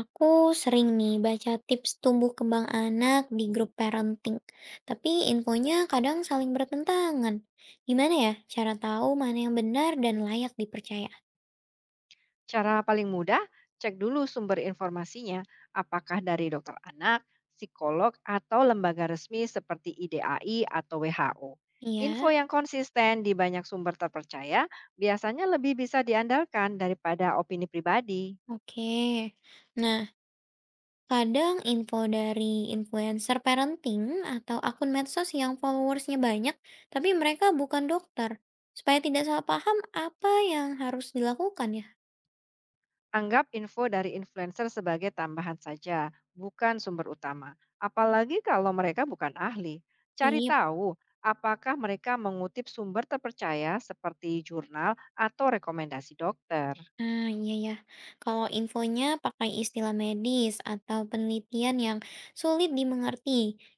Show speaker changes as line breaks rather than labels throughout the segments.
Aku sering nih baca tips tumbuh kembang anak di grup parenting, tapi infonya kadang saling bertentangan. Gimana ya cara tahu mana yang benar dan layak dipercaya?
Cara paling mudah, cek dulu sumber informasinya, apakah dari dokter anak, psikolog, atau lembaga resmi seperti IDAI atau WHO.
Iya,
Info yang konsisten di banyak sumber terpercaya biasanya lebih bisa diandalkan daripada opini pribadi.
oke. Nah, kadang info dari influencer parenting atau akun medsos yang followersnya banyak, tapi mereka bukan dokter. Supaya tidak salah paham apa yang harus dilakukan ya.
Anggap info dari influencer sebagai tambahan saja, bukan sumber utama. Apalagi kalau mereka bukan ahli. Cari
Sip.
tahu apakah mereka mengutip sumber terpercaya seperti jurnal atau rekomendasi dokter.
Ah, iya ya. Kalau infonya pakai istilah medis atau penelitian yang sulit dimengerti,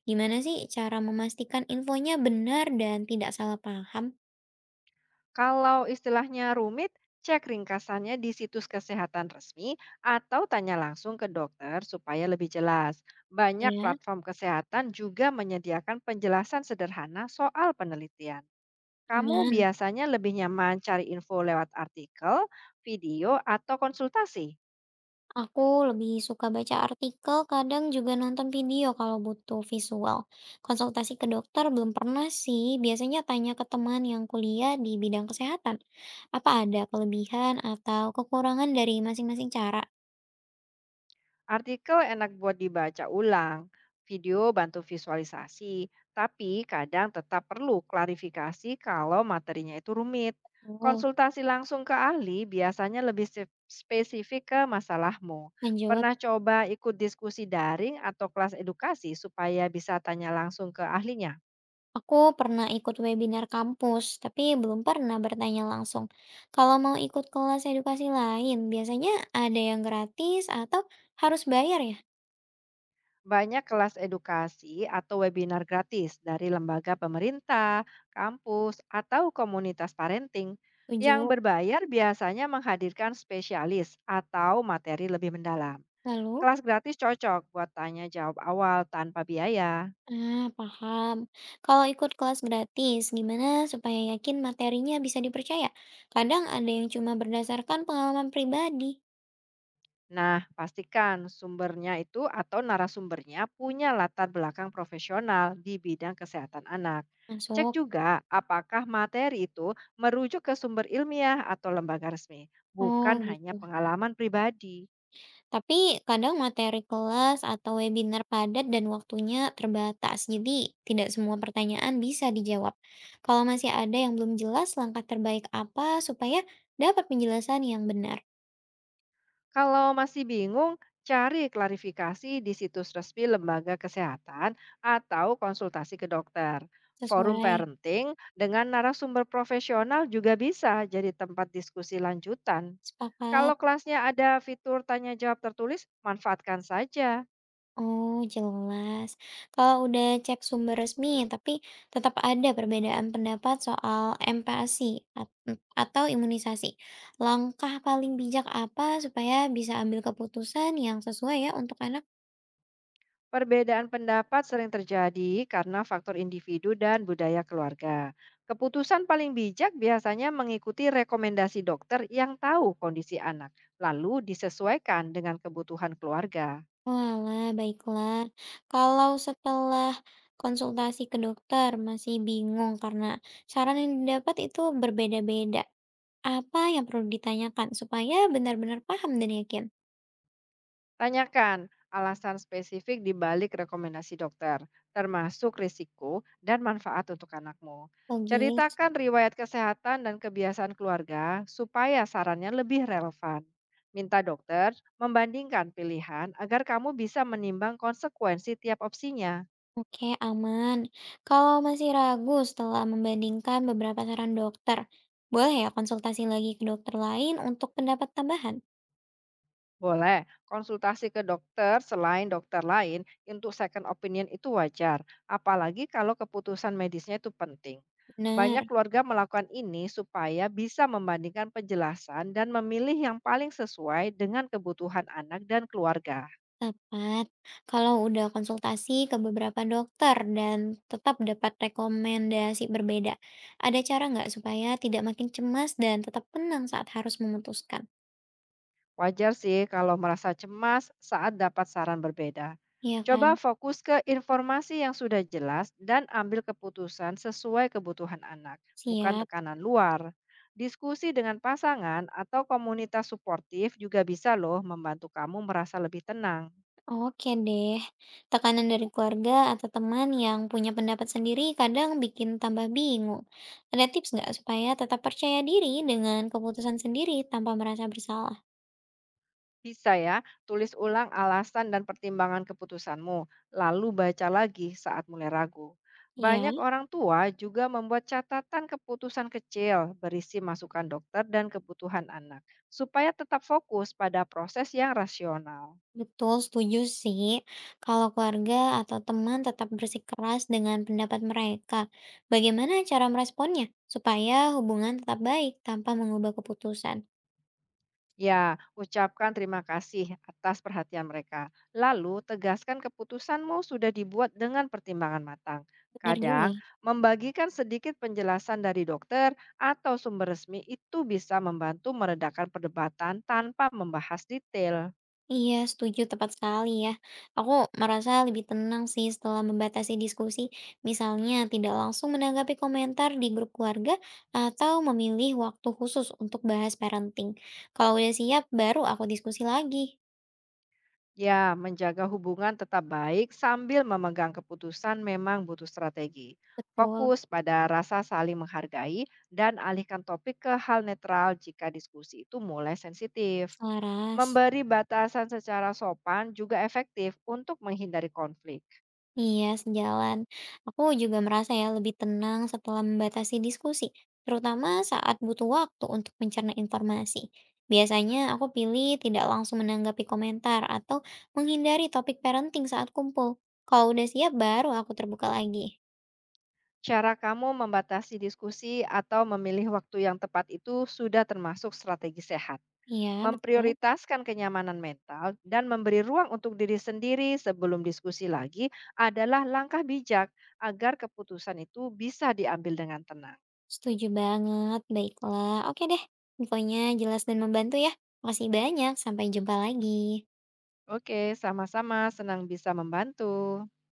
gimana sih cara memastikan infonya benar dan tidak salah paham?
Kalau istilahnya rumit, cek ringkasannya di situs kesehatan resmi atau tanya langsung ke dokter supaya lebih jelas. Banyak
Ya,
platform kesehatan juga menyediakan penjelasan sederhana soal penelitian. Kamu
aman.
biasanya lebih nyaman cari info lewat artikel, video, atau konsultasi?
Aku lebih suka baca artikel, kadang juga nonton video kalau butuh visual. Konsultasi ke dokter belum pernah sih, biasanya tanya ke teman yang kuliah di bidang kesehatan. Apa ada kelebihan atau kekurangan dari masing-masing cara?
Artikel enak buat dibaca ulang, video bantu visualisasi, tapi kadang tetap perlu klarifikasi kalau materinya itu rumit.
Betul.
Konsultasi langsung ke ahli biasanya lebih spesifik ke masalahmu.
Lanjut.
Pernah coba ikut diskusi daring atau kelas edukasi supaya bisa tanya langsung ke ahlinya?
Aku pernah ikut webinar kampus, tapi belum pernah bertanya langsung. Kalau mau ikut kelas edukasi lain, biasanya ada yang gratis atau harus bayar ya?
Banyak kelas edukasi atau webinar gratis dari lembaga pemerintah, kampus, atau komunitas parenting. Yang
Setuju.
berbayar biasanya menghadirkan spesialis atau materi lebih mendalam.
Lalu?
Kelas gratis cocok buat tanya jawab awal tanpa biaya.
Ah, paham. Kalau ikut kelas gratis, gimana supaya yakin materinya bisa dipercaya? Kadang ada yang cuma berdasarkan pengalaman pribadi.
Nah, pastikan sumbernya itu atau narasumbernya punya latar belakang profesional di bidang kesehatan anak. Cek
Masuk.
juga apakah materi itu merujuk ke sumber ilmiah atau lembaga resmi,
Oh,
bukan
gitu.
hanya pengalaman pribadi.
Tapi kadang materi kelas atau webinar padat dan waktunya terbatas, jadi tidak semua pertanyaan bisa dijawab. Kalau masih ada yang belum jelas, langkah terbaik apa supaya dapat penjelasan yang benar?
Kalau masih bingung, cari klarifikasi di situs resmi lembaga kesehatan atau konsultasi ke dokter. Forum
Sesuai,
parenting dengan narasumber profesional juga bisa jadi tempat diskusi lanjutan.
sepakat.
Kalau kelasnya ada fitur tanya jawab tertulis, manfaatkan saja.
Oh, jelas. Kalau udah cek sumber resmi, tapi tetap ada perbedaan pendapat soal MPASI atau imunisasi. Langkah paling bijak apa supaya bisa ambil keputusan yang sesuai ya untuk anak.
Perbedaan pendapat sering terjadi karena faktor individu dan budaya keluarga. Keputusan paling bijak biasanya mengikuti rekomendasi dokter yang tahu kondisi anak, lalu disesuaikan dengan kebutuhan keluarga.
Oalah, baiklah. Kalau setelah konsultasi ke dokter masih bingung karena saran yang didapat itu berbeda-beda, apa yang perlu ditanyakan supaya benar-benar paham dan yakin?
Tanyakan alasan spesifik di balik rekomendasi dokter, termasuk risiko dan manfaat untuk anakmu.
Logis.
Ceritakan riwayat kesehatan dan kebiasaan keluarga supaya sarannya lebih relevan. Minta dokter membandingkan pilihan agar kamu bisa menimbang konsekuensi tiap opsinya.
Oke, aman. Kalau masih ragu setelah membandingkan beberapa saran dokter, boleh ya konsultasi lagi ke dokter lain untuk pendapat tambahan?
Boleh, konsultasi ke dokter selain dokter lain untuk second opinion itu wajar, apalagi kalau keputusan medisnya itu penting. Banyak
Benar.
keluarga melakukan ini supaya bisa membandingkan penjelasan dan memilih yang paling sesuai dengan kebutuhan anak dan keluarga.
Tepat. Kalau udah konsultasi ke beberapa dokter dan tetap dapat rekomendasi berbeda, ada cara nggak supaya tidak makin cemas dan tetap tenang saat harus memutuskan?
Wajar sih kalau merasa cemas saat dapat saran berbeda.
Iya kan?
Coba fokus ke informasi yang sudah jelas dan ambil keputusan sesuai kebutuhan anak, bukan
Siap.
tekanan luar. Diskusi dengan pasangan atau komunitas suportif juga bisa loh membantu kamu merasa lebih tenang.
Oke deh. Tekanan dari keluarga atau teman yang punya pendapat sendiri kadang bikin tambah bingung. Ada tips nggak supaya tetap percaya diri dengan keputusan sendiri tanpa merasa bersalah?
Bisa ya, tulis ulang alasan dan pertimbangan keputusanmu, lalu baca lagi saat mulai ragu.
Ya.
Banyak orang tua juga membuat catatan keputusan kecil berisi masukan dokter dan kebutuhan anak, supaya tetap fokus pada proses yang rasional.
Betul, setuju sih. Kalau keluarga atau teman tetap bersikeras dengan pendapat mereka, bagaimana cara meresponnya supaya hubungan tetap baik tanpa mengubah keputusan?
Ya, ucapkan terima kasih atas perhatian mereka. Lalu, tegaskan keputusanmu sudah dibuat dengan pertimbangan matang.
Benar juga.
Kadang, membagikan sedikit penjelasan dari dokter atau sumber resmi itu bisa membantu meredakan perdebatan tanpa membahas detail.
Iya, setuju tepat sekali ya. Aku merasa lebih tenang sih setelah membatasi diskusi, misalnya tidak langsung menanggapi komentar di grup keluarga atau memilih waktu khusus untuk bahas parenting. Kalau udah siap, baru aku diskusi lagi.
Ya, menjaga hubungan tetap baik sambil memegang keputusan memang butuh strategi.
Betul,
Fokus pada rasa saling menghargai dan alihkan topik ke hal netral jika diskusi itu mulai sensitif.
selaras.
Memberi batasan secara sopan juga efektif untuk menghindari konflik.
Iya, sejalan. Aku juga merasa ya lebih tenang setelah membatasi diskusi, terutama saat butuh waktu untuk mencerna informasi. Biasanya aku pilih tidak langsung menanggapi komentar atau menghindari topik parenting saat kumpul. Kalau udah siap, baru aku terbuka lagi.
Cara kamu membatasi diskusi atau memilih waktu yang tepat itu sudah termasuk strategi sehat.
Iya, betul.
Memprioritaskan kenyamanan mental dan memberi ruang untuk diri sendiri sebelum diskusi lagi adalah langkah bijak agar keputusan itu bisa diambil dengan tenang.
Setuju banget. Baiklah. Oke deh. Infonya jelas dan membantu ya. Makasih banyak. Sampai jumpa lagi.
Oke, sama-sama senang bisa membantu.